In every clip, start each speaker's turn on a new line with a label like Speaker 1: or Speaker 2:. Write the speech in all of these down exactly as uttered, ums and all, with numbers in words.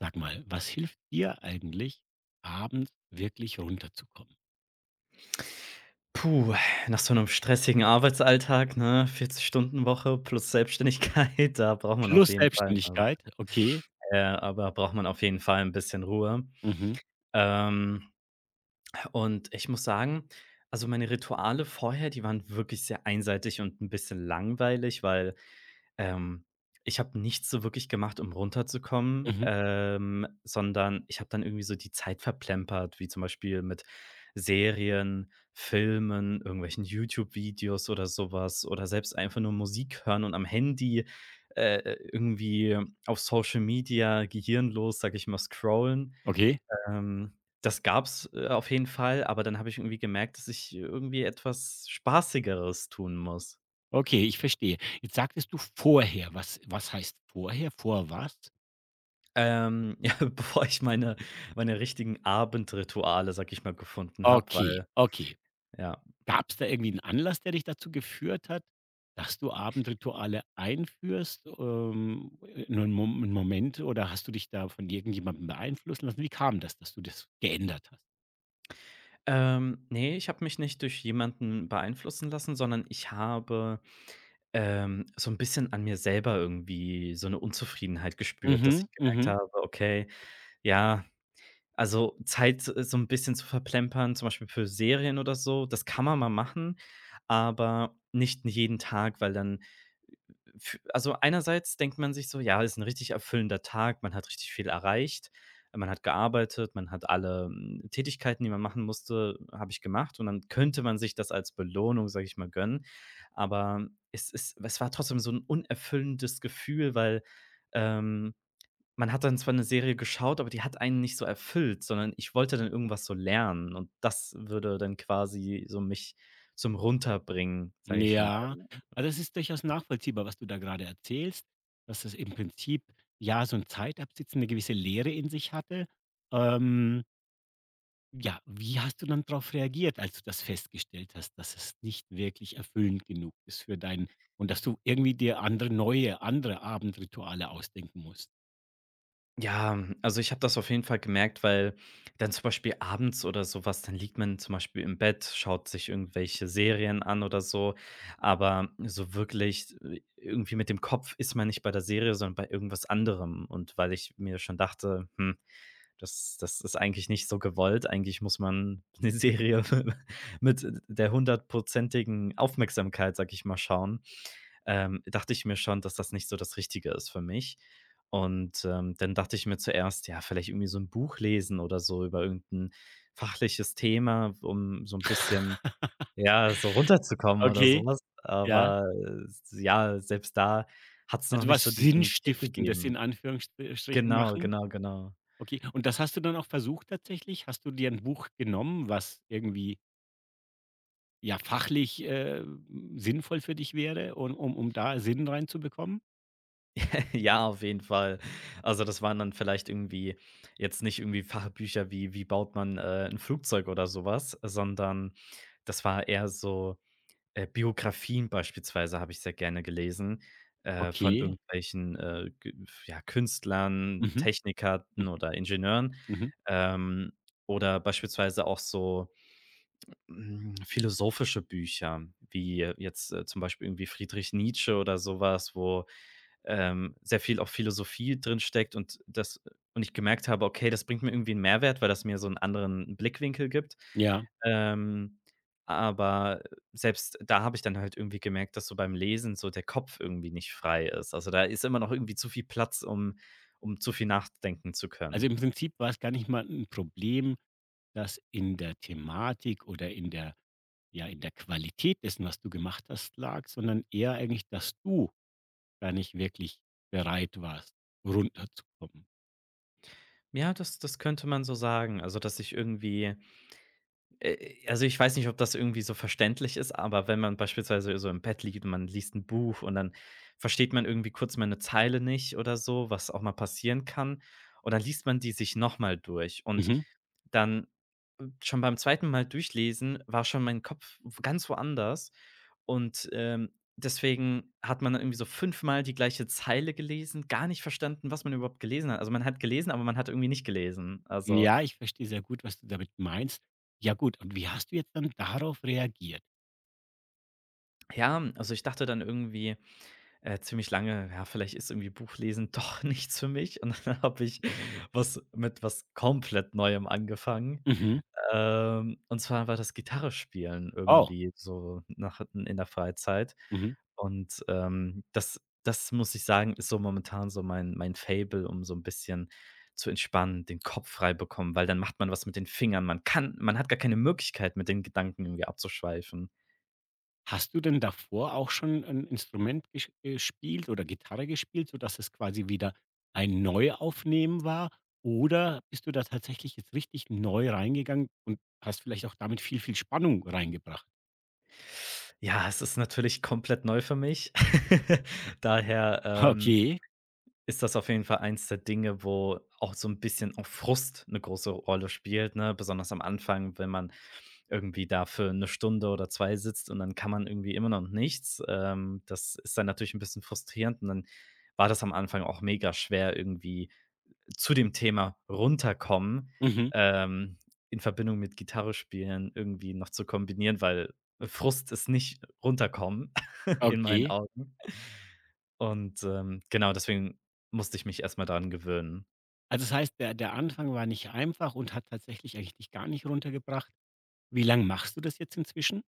Speaker 1: Sag mal, was hilft dir eigentlich, abends wirklich runterzukommen?
Speaker 2: Puh, nach so einem stressigen Arbeitsalltag, ne, vierzig-Stunden-Woche plus Selbstständigkeit, da braucht man auf
Speaker 1: Plus
Speaker 2: jeden Fall ähm,
Speaker 1: Selbstständigkeit, okay.
Speaker 2: äh, aber braucht man auf jeden Fall ein bisschen Ruhe.
Speaker 1: Mhm,
Speaker 2: Ähm, und ich muss sagen, also, meine Rituale vorher, die waren wirklich sehr einseitig und ein bisschen langweilig, weil ähm, ich habe nichts so wirklich gemacht, um runterzukommen,
Speaker 1: mhm,
Speaker 2: ähm, sondern ich habe dann irgendwie so die Zeit verplempert, wie zum Beispiel mit Serien, Filmen, irgendwelchen YouTube-Videos oder sowas oder selbst einfach nur Musik hören und am Handy, äh, irgendwie auf Social Media gehirnlos, sage ich mal, scrollen.
Speaker 1: okay,
Speaker 2: Ähm, das gab's, äh, auf jeden Fall, aber dann habe ich irgendwie gemerkt, dass ich irgendwie etwas Spaßigeres tun muss.
Speaker 1: okay, ich verstehe. Jetzt sagtest du vorher. Was was heißt vorher? Vor was?
Speaker 2: Ähm, ja, bevor ich meine meine richtigen Abendrituale, sag ich mal, gefunden habe,
Speaker 1: Okay,
Speaker 2: weil
Speaker 1: okay.
Speaker 2: ja.
Speaker 1: Gab es da irgendwie einen Anlass, der dich dazu geführt hat, dass du Abendrituale einführst? Ähm, äh, 'nen Mo 'n Moment oder hast du dich da von irgendjemandem beeinflussen lassen? Wie kam das, dass du das geändert hast?
Speaker 2: Ähm, ne, ich habe mich nicht durch jemanden beeinflussen lassen, sondern ich habe, ähm, so ein bisschen an mir selber irgendwie so eine Unzufriedenheit gespürt, dass
Speaker 1: Mhm,
Speaker 2: ich gemerkt
Speaker 1: mhm.
Speaker 2: habe, okay, ja, also Zeit, äh, so ein bisschen zu verplempern, zum Beispiel für Serien oder so, das kann man mal machen, aber nicht jeden Tag, weil dann f also, einerseits denkt man sich so: „Ja, ist ein richtig erfüllender Tag, man hat richtig viel erreicht. Man hat gearbeitet, man hat alle, hm, Tätigkeiten, die man machen musste, habe ich gemacht.“ Und dann könnte man sich das als Belohnung, sage ich mal, gönnen. Aber es ist es war trotzdem so ein unerfüllendes Gefühl, weil, ähm, man hat dann zwar eine Serie geschaut, aber die hat einen nicht so erfüllt, sondern ich wollte dann irgendwas so lernen und das würde dann quasi so mich zum Runterbringen, sage ich mal.
Speaker 1: Ja, also es ist durchaus nachvollziehbar, was du da gerade erzählst, dass es im Prinzip ja so ein Zeitabsitzen, eine gewisse Leere in sich hatte. Ähm, ja, wie hast du dann darauf reagiert, als du das festgestellt hast, dass es nicht wirklich erfüllend genug ist für dein und dass du irgendwie dir andere neue andere Abendrituale ausdenken musst?
Speaker 2: Ja, also ich habe das auf jeden Fall gemerkt, weil dann zum Beispiel abends oder sowas, dann liegt man zum Beispiel im Bett, schaut sich irgendwelche Serien an oder so, aber so wirklich äh, irgendwie mit dem Kopf ist man nicht bei der Serie, sondern bei irgendwas anderem. Und weil ich mir schon dachte, hm, das, das ist eigentlich nicht so gewollt. Eigentlich muss man eine Serie mit der hundertprozentigen Aufmerksamkeit, sag ich mal, schauen. Ähm, dachte ich mir schon, dass das nicht so das Richtige ist für mich. Und, ähm, dann dachte ich mir zuerst, ja, vielleicht irgendwie so ein Buch lesen oder so über irgendein fachliches Thema, um so ein bisschen, ja, so runterzukommen oder
Speaker 1: Okay,
Speaker 2: sowas.
Speaker 1: ja.
Speaker 2: Aber, äh, s ja, selbst da hat es noch
Speaker 1: Also
Speaker 2: nicht so
Speaker 1: was
Speaker 2: diesen Kick
Speaker 1: Sinnstiftendes
Speaker 2: gegeben.
Speaker 1: in Anführungsstrichen
Speaker 2: Genau,
Speaker 1: machen.
Speaker 2: genau, genau.
Speaker 1: Okay, und das hast du dann auch versucht tatsächlich? Hast du dir ein Buch genommen, was irgendwie ja, fachlich, äh, sinnvoll für dich wäre und um um da Sinn reinzubekommen?
Speaker 2: Ja, auf jeden Fall. Also, das waren dann vielleicht irgendwie jetzt nicht irgendwie Fachbücher wie wie baut man, äh, 'n Flugzeug oder sowas, sondern das war eher so. Äh, Biografien beispielsweise habe ich sehr gerne gelesen, äh, von
Speaker 1: Okay.
Speaker 2: irgendwelchen, äh, G ja, Künstlern,
Speaker 1: Mhm,
Speaker 2: Technikern
Speaker 1: mhm,
Speaker 2: oder Ingenieuren,
Speaker 1: mhm.
Speaker 2: ähm, oder beispielsweise auch so, hm, philosophische Bücher, wie jetzt, äh, zum Beispiel irgendwie Friedrich Nietzsche oder sowas, wo ähm, sehr viel auch Philosophie drin steckt und das und ich gemerkt habe, okay, das bringt mir irgendwie einen Mehrwert, weil das mir so einen anderen Blickwinkel gibt.
Speaker 1: Ja.
Speaker 2: Ähm, aber selbst da habe ich dann halt irgendwie gemerkt, dass so beim Lesen so der Kopf irgendwie nicht frei ist. Also, da ist immer noch irgendwie zu viel Platz, um um zu viel nachdenken zu
Speaker 1: Also,
Speaker 2: können.
Speaker 1: im Prinzip war es gar nicht mal ein Problem, dass in der Thematik oder in der ja, in der Qualität dessen, was du gemacht hast, lag, sondern eher eigentlich, dass du gar nicht wirklich bereit warst, runterzukommen.
Speaker 2: Ja, das das könnte man so sagen. Also, dass ich irgendwie. Äh, also, ich weiß nicht, ob das irgendwie so verständlich ist, aber wenn man beispielsweise so im Bett liegt und man liest ein Buch und dann versteht man irgendwie kurz mal eine Zeile nicht oder so, was auch mal passieren kann, und dann liest man die sich noch mal durch. Und
Speaker 1: Mhm.
Speaker 2: dann schon beim zweiten Mal durchlesen war schon mein Kopf w ganz woanders und, ähm, deswegen hat man dann irgendwie so fünfmal die gleiche Zeile gelesen, gar nicht verstanden, was man überhaupt gelesen hat. Also, man hat gelesen, aber man hat irgendwie nicht gelesen. Also,
Speaker 1: Ja, ich verstehe sehr gut, was du damit meinst. Ja gut, und wie hast du jetzt dann darauf reagiert?
Speaker 2: ja, also, ich dachte dann irgendwie Äh, ziemlich lange, ja, vielleicht ist irgendwie Buchlesen doch nichts für mich und dann habe ich was mit was komplett Neuem angefangen.
Speaker 1: Mhm.
Speaker 2: Ähm, und zwar war das Gitarrespielen
Speaker 1: Oh.
Speaker 2: irgendwie so nach in der Freizeit.
Speaker 1: Mhm.
Speaker 2: Und, ähm, das das muss ich sagen, ist so momentan so mein mein Fable um so ein bisschen zu entspannen, den Kopf frei bekommen, weil dann macht man was mit den Fingern. Man kann man hat gar keine Möglichkeit, mit den Gedanken irgendwie abzuschweifen.
Speaker 1: Hast du denn davor auch schon ein Instrument gesch gespielt oder Gitarre gespielt, sodass es quasi wieder ein Neuaufnehmen war? Oder bist du da tatsächlich jetzt richtig neu reingegangen und hast vielleicht auch damit viel, viel Spannung reingebracht?
Speaker 2: Ja, es ist natürlich komplett neu für mich. Daher, ähm,
Speaker 1: Okay,
Speaker 2: ist das auf jeden Fall eins der Dinge, wo auch so ein bisschen auch Frust eine große Rolle spielt, ne? Besonders am Anfang, wenn man irgendwie da für eine Stunde oder zwei sitzt und dann kann man irgendwie immer noch nichts. Ähm, das ist dann natürlich ein bisschen frustrierend und dann war das am Anfang auch mega schwer, irgendwie zu dem Thema runterkommen,
Speaker 1: mhm,
Speaker 2: ähm, in Verbindung mit Gitarre spielen irgendwie noch zu kombinieren, weil Frust ist nicht runterkommen in meinen
Speaker 1: okay.
Speaker 2: Augen. Und, ähm, genau, deswegen musste ich mich erstmal daran gewöhnen.
Speaker 1: Also, das heißt, der der Anfang war nicht einfach und hat tatsächlich eigentlich dich gar nicht runtergebracht. Wie lang machst du das jetzt inzwischen?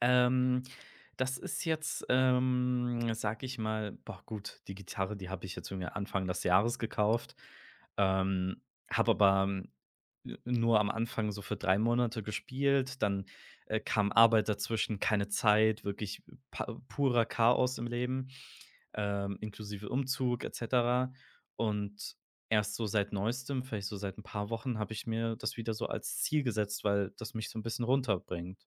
Speaker 2: Ähm, das ist jetzt, ähm, sage ich mal boah gut, die Gitarre, die habe ich jetzt irgendwie Anfang des Jahres gekauft, ähm, habe aber, hm, nur am Anfang so für drei Monate gespielt, dann, äh, kam Arbeit dazwischen, keine Zeit, wirklich pa purer Chaos im Leben, ähm, inklusive Umzug et cetera. Und erst so seit Neuestem, vielleicht so seit ein paar Wochen, habe ich mir das wieder so als Ziel gesetzt, weil das mich so ein bisschen runterbringt.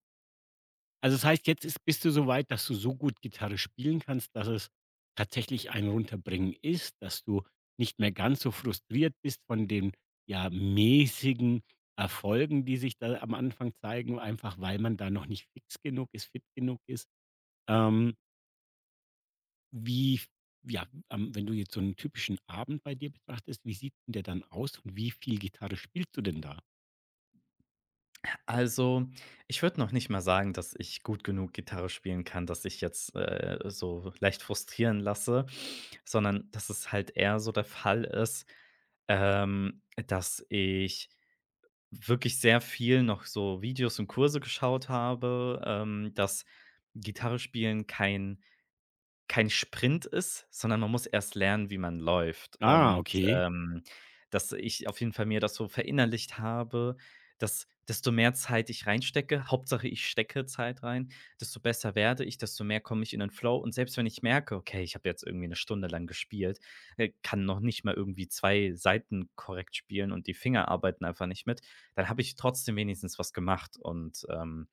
Speaker 1: Also, das heißt, jetzt ist bist du so weit, dass du so gut Gitarre spielen kannst, dass es tatsächlich ein Runterbringen ist, dass du nicht mehr ganz so frustriert bist von den, ja, mäßigen Erfolgen, die sich da am Anfang zeigen, einfach weil man da noch nicht fix genug ist, fit genug ist. Ähm, wie ja, ähm, wenn du jetzt so einen typischen Abend bei dir betrachtest, wie sieht denn der dann aus und wie viel Gitarre spielst du denn da?
Speaker 2: Also, ich würde noch nicht mal sagen, dass ich gut genug Gitarre spielen kann, dass ich jetzt, äh, so leicht frustrieren lasse, sondern dass es halt eher so der Fall ist, ähm, dass ich wirklich sehr viel noch so Videos und Kurse geschaut habe, ähm, dass Gitarre spielen kein kein Sprint ist, sondern man muss erst lernen, wie man läuft.
Speaker 1: Ah,
Speaker 2: Und,
Speaker 1: okay.
Speaker 2: ähm, dass ich auf jeden Fall mir das so verinnerlicht habe, dass desto mehr Zeit ich reinstecke Hauptsache ich stecke Zeit rein, desto besser werde ich, desto mehr komme ich in den Flow. Und selbst wenn ich merke: „Okay, ich habe jetzt irgendwie eine Stunde lang gespielt, äh, kann noch nicht mal irgendwie zwei Seiten korrekt spielen und die Finger arbeiten einfach nicht mit“, dann habe ich trotzdem wenigstens was gemacht und, ähm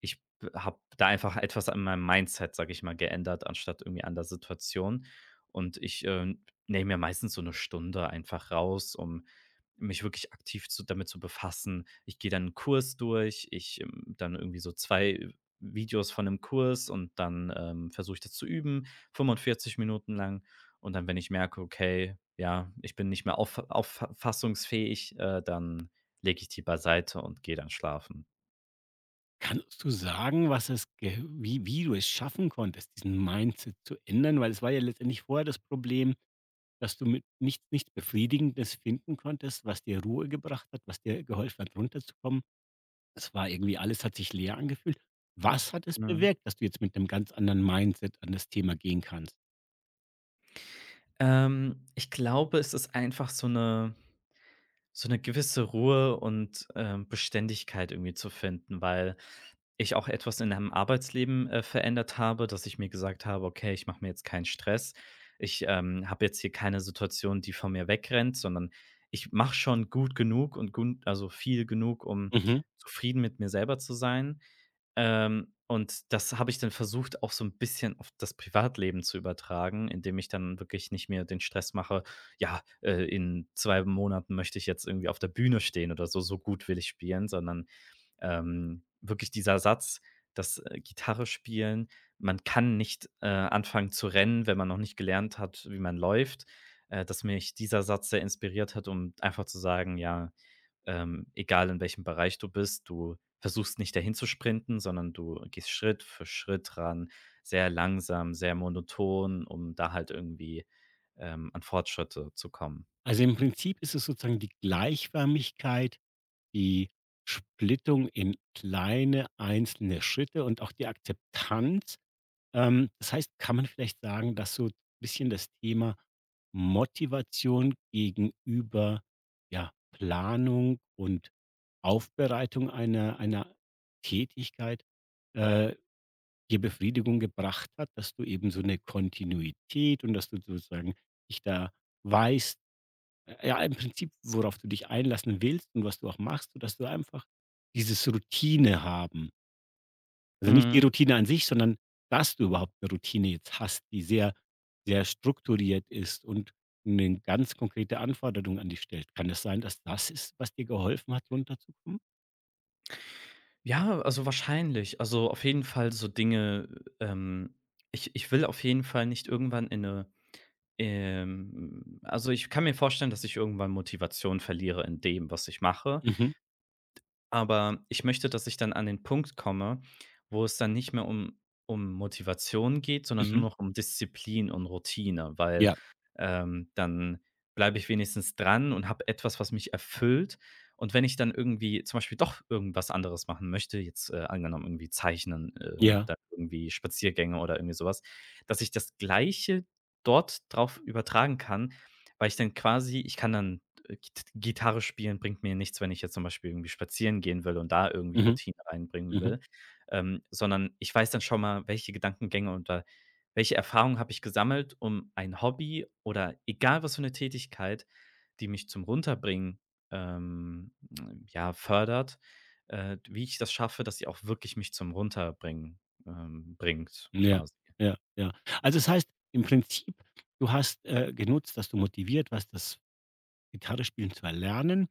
Speaker 2: ich habe da einfach etwas an meinem Mindset, sage ich mal, geändert, anstatt irgendwie an der Situation. Und ich, ähm, nehme mir meistens so eine Stunde einfach raus, um mich wirklich aktiv zu damit zu befassen. Ich gehe dann einen Kurs durch, ich, ähm dann irgendwie so zwei Videos von 'nem Kurs und dann, ähm, versuche ich das zu üben, fünfundvierzig Minuten lang. Und dann, wenn ich merke: „Okay, ja, ich bin nicht mehr auffa auffassungsfähig“, äh, dann lege ich die beiseite und gehe dann schlafen.
Speaker 1: Kannst du sagen, was es ge wie wie du es schaffen konntest, diesen Mindset zu ändern? Weil es war ja letztendlich vorher das Problem, dass du mit nichts nichts Befriedigendes finden konntest, was dir Ruhe gebracht hat, was dir geholfen hat, runterzukommen. Es war irgendwie alles hat sich leer angefühlt. Was hat es
Speaker 2: Mhm.
Speaker 1: bewirkt, dass du jetzt mit einem ganz anderen Mindset an das Thema gehen kannst?
Speaker 2: Ähm, ich glaube, es ist einfach so eine so eine gewisse Ruhe und, ähm, Beständigkeit irgendwie zu finden, weil ich auch etwas in meinem Arbeitsleben, äh, verändert habe, dass ich mir gesagt habe: „Okay, ich mache mir jetzt keinen Stress. Ich, ähm, habe jetzt hier keine Situation, die vor mir wegrennt, sondern ich mache schon gut genug und gun also, viel genug, um
Speaker 1: Mhm.
Speaker 2: zufrieden mit mir selber zu sein.“ ähm, und das habe ich dann versucht, auch so ein bisschen auf das Privatleben zu übertragen, indem ich dann wirklich nicht mir den Stress mache: „Ja, äh, in zwei Monaten möchte ich jetzt irgendwie auf der Bühne stehen oder so, so gut will ich spielen“, sondern, ähm, wirklich dieser Satz, dass, äh, Gitarre spielen man kann nicht, äh, anfangen zu rennen, wenn man noch nicht gelernt hat, wie man läuft, äh, dass mich dieser Satz sehr inspiriert hat, um einfach zu sagen: „Ja, ähm, egal in welchem Bereich du bist, du versuchst nicht dahin zu sprinten, sondern du gehst Schritt für Schritt ran, sehr langsam, sehr monoton, um da halt irgendwie, ähm, an Fortschritte zu kommen.
Speaker 1: Also, im Prinzip ist es sozusagen die Gleichförmigkeit, die Splittung in kleine einzelne Schritte und auch die Akzeptanz. Ähm, das heißt, kann man vielleicht sagen, dass so ein bisschen das Thema Motivation gegenüber, ja, Planung und Aufbereitung einer einer Tätigkeit, äh, dir Befriedigung gebracht hat, dass du eben so eine Kontinuität und dass du sozusagen dich da weißt äh, ja, im Prinzip, worauf du dich einlassen willst und was du auch machst, sodass du einfach dieses Routine haben also, nicht die
Speaker 2: Mhm.
Speaker 1: Routine an sich, sondern dass du überhaupt eine Routine jetzt hast, die sehr, sehr strukturiert ist und eine ganz konkrete Anforderung an dich stellt. Kann es sein, dass das ist, was dir geholfen hat, runterzukommen?
Speaker 2: Ja, also wahrscheinlich. Also auf jeden Fall so Dinge, ähm ich ich will auf jeden Fall nicht irgendwann in 'ne, ähm also ich kann mir vorstellen, dass ich irgendwann Motivation verliere in dem, was ich mache.
Speaker 1: Mhm,
Speaker 2: Aber ich möchte, dass ich dann an den Punkt komme, wo es dann nicht mehr um um Motivation geht, sondern nur
Speaker 1: mhm.
Speaker 2: noch um Disziplin und Routine, weil,
Speaker 1: Ja,
Speaker 2: ähm, dann bleibe ich wenigstens dran und habe etwas, was mich erfüllt. Und wenn ich dann irgendwie zum Beispiel doch irgendwas anderes machen möchte, jetzt, äh, angenommen irgendwie Zeichnen, äh,
Speaker 1: ja.
Speaker 2: dann irgendwie Spaziergänge oder irgendwie sowas, dass ich das Gleiche dort drauf übertragen kann, weil ich dann quasi ich kann dann äh, Git Gitarre spielen bringt mir nichts, wenn ich jetzt zum Beispiel irgendwie spazieren gehen will und da irgendwie
Speaker 1: Mhm,
Speaker 2: Routine reinbringen
Speaker 1: mhm.
Speaker 2: will, ähm, sondern ich weiß dann schon mal, welche Gedankengänge und da welche Erfahrungen habe ich gesammelt, um ein Hobby oder egal was für eine Tätigkeit, die mich zum Runterbringen, ähm, ja, fördert, äh, wie ich das schaffe, dass sie auch wirklich mich zum Runterbringen, ähm, bringt
Speaker 1: Ja,
Speaker 2: quasi.
Speaker 1: ja, ja. Also, das heißt im Prinzip, du hast, äh, genutzt, dass du motiviert warst, das Gitarrespielen zu erlernen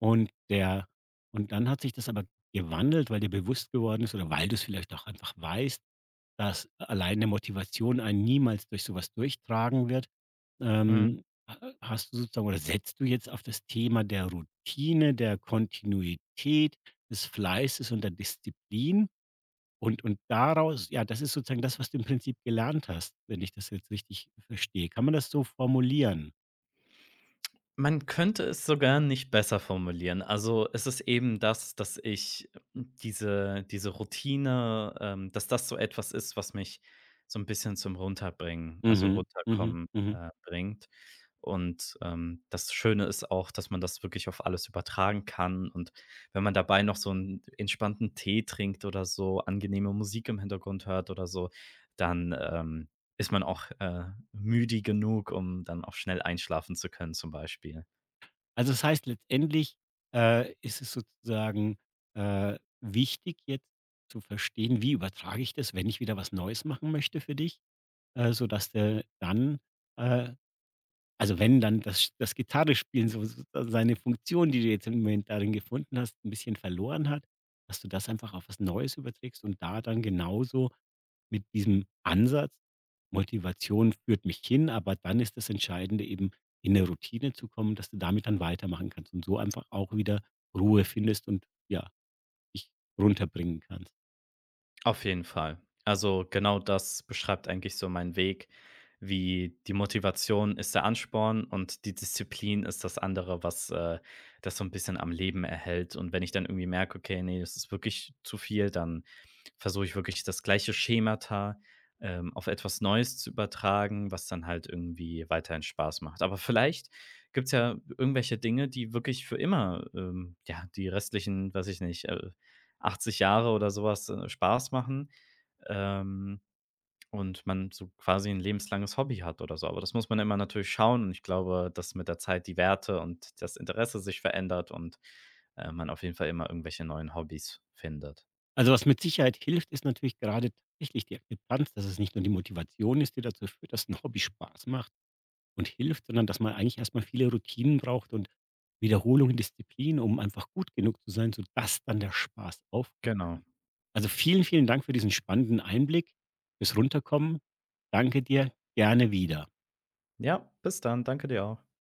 Speaker 1: und der und dann hat sich das aber gewandelt, weil dir bewusst geworden ist oder weil du es vielleicht auch einfach weißt, dass alleine Motivation einen niemals durch sowas durchtragen wird.
Speaker 2: Mhm.
Speaker 1: Ähm, ha hast du sozusagen oder setzt du jetzt auf das Thema der Routine, der Kontinuität, des Fleißes und der Disziplin und und daraus ja, das ist sozusagen das, was du im Prinzip gelernt hast, wenn ich das jetzt richtig verstehe. Kann man das so formulieren?
Speaker 2: Man könnte es sogar nicht besser formulieren. Also, es ist eben das, dass ich diese diese Routine ähm, dass das so etwas ist, was mich so ein bisschen zum Runterbringen also,
Speaker 1: Mhm. Mhm.
Speaker 2: runterkommen,
Speaker 1: Mhm.
Speaker 2: äh, bringt. Und, ähm, das Schöne ist auch, dass man das wirklich auf alles übertragen kann. Und wenn man dabei noch so einen entspannten Tee trinkt oder so, angenehme Musik im Hintergrund hört oder so, dann, ähm ist man auch, äh, müde genug, um dann auch schnell einschlafen zu können zum Beispiel.
Speaker 1: Also, das heißt letztendlich, äh, ist es sozusagen, äh, wichtig, jetzt zu verstehen, wie übertrage ich das, wenn ich wieder was Neues machen möchte für dich, äh, sodass der dann äh, also, wenn dann das das Gitarrespielen so so so seine Funktion, die du jetzt im Moment darin gefunden hast, ein bisschen verloren hat, dass du das einfach auf was Neues überträgst und da dann genauso mit diesem Ansatz Motivation führt mich hin, aber dann ist das Entscheidende eben, in 'ne Routine zu kommen, dass du damit dann weitermachen kannst und so einfach auch wieder Ruhe findest und, ja, dich runterbringen kannst.
Speaker 2: Auf jeden Fall. Also, genau das beschreibt eigentlich so meinen Weg, wie die Motivation ist der Ansporn und die Disziplin ist das andere, was, äh, das so ein bisschen am Leben erhält. Und wenn ich dann irgendwie merke: „Okay, nee, das ist wirklich zu viel“, dann versuche ich wirklich das gleiche Schemata, ähm, auf etwas Neues zu übertragen, was dann halt irgendwie weiterhin Spaß macht. Aber vielleicht gibt's ja irgendwelche Dinge, die wirklich für immer, ähm, ja, die restlichen, weiß ich nicht, äh achtzig Jahre oder sowas äh, Spaß machen, ähm, und man so quasi ein lebenslanges Hobby hat oder so. Aber das muss man immer natürlich schauen und ich glaube, dass mit der Zeit die Werte und das Interesse sich verändert und, äh, man auf jeden Fall immer irgendwelche neuen Hobbys findet.
Speaker 1: Also, was mit Sicherheit hilft, ist natürlich gerade tatsächlich die Akzeptanz, dass es nicht nur die Motivation ist, die dazu führt, dass ein Hobby Spaß macht, und hilft, sondern dass man eigentlich erst mal viele Routinen braucht und Wiederholung, Disziplin, um einfach gut genug zu sein, sodass dann der Spaß aufkommen
Speaker 2: Genau.
Speaker 1: kann. Also, vielen, vielen Dank für diesen spannenden Einblick, fürs Runterkommen. Danke dir, gerne wieder.
Speaker 2: Ja, bis dann. Danke dir auch.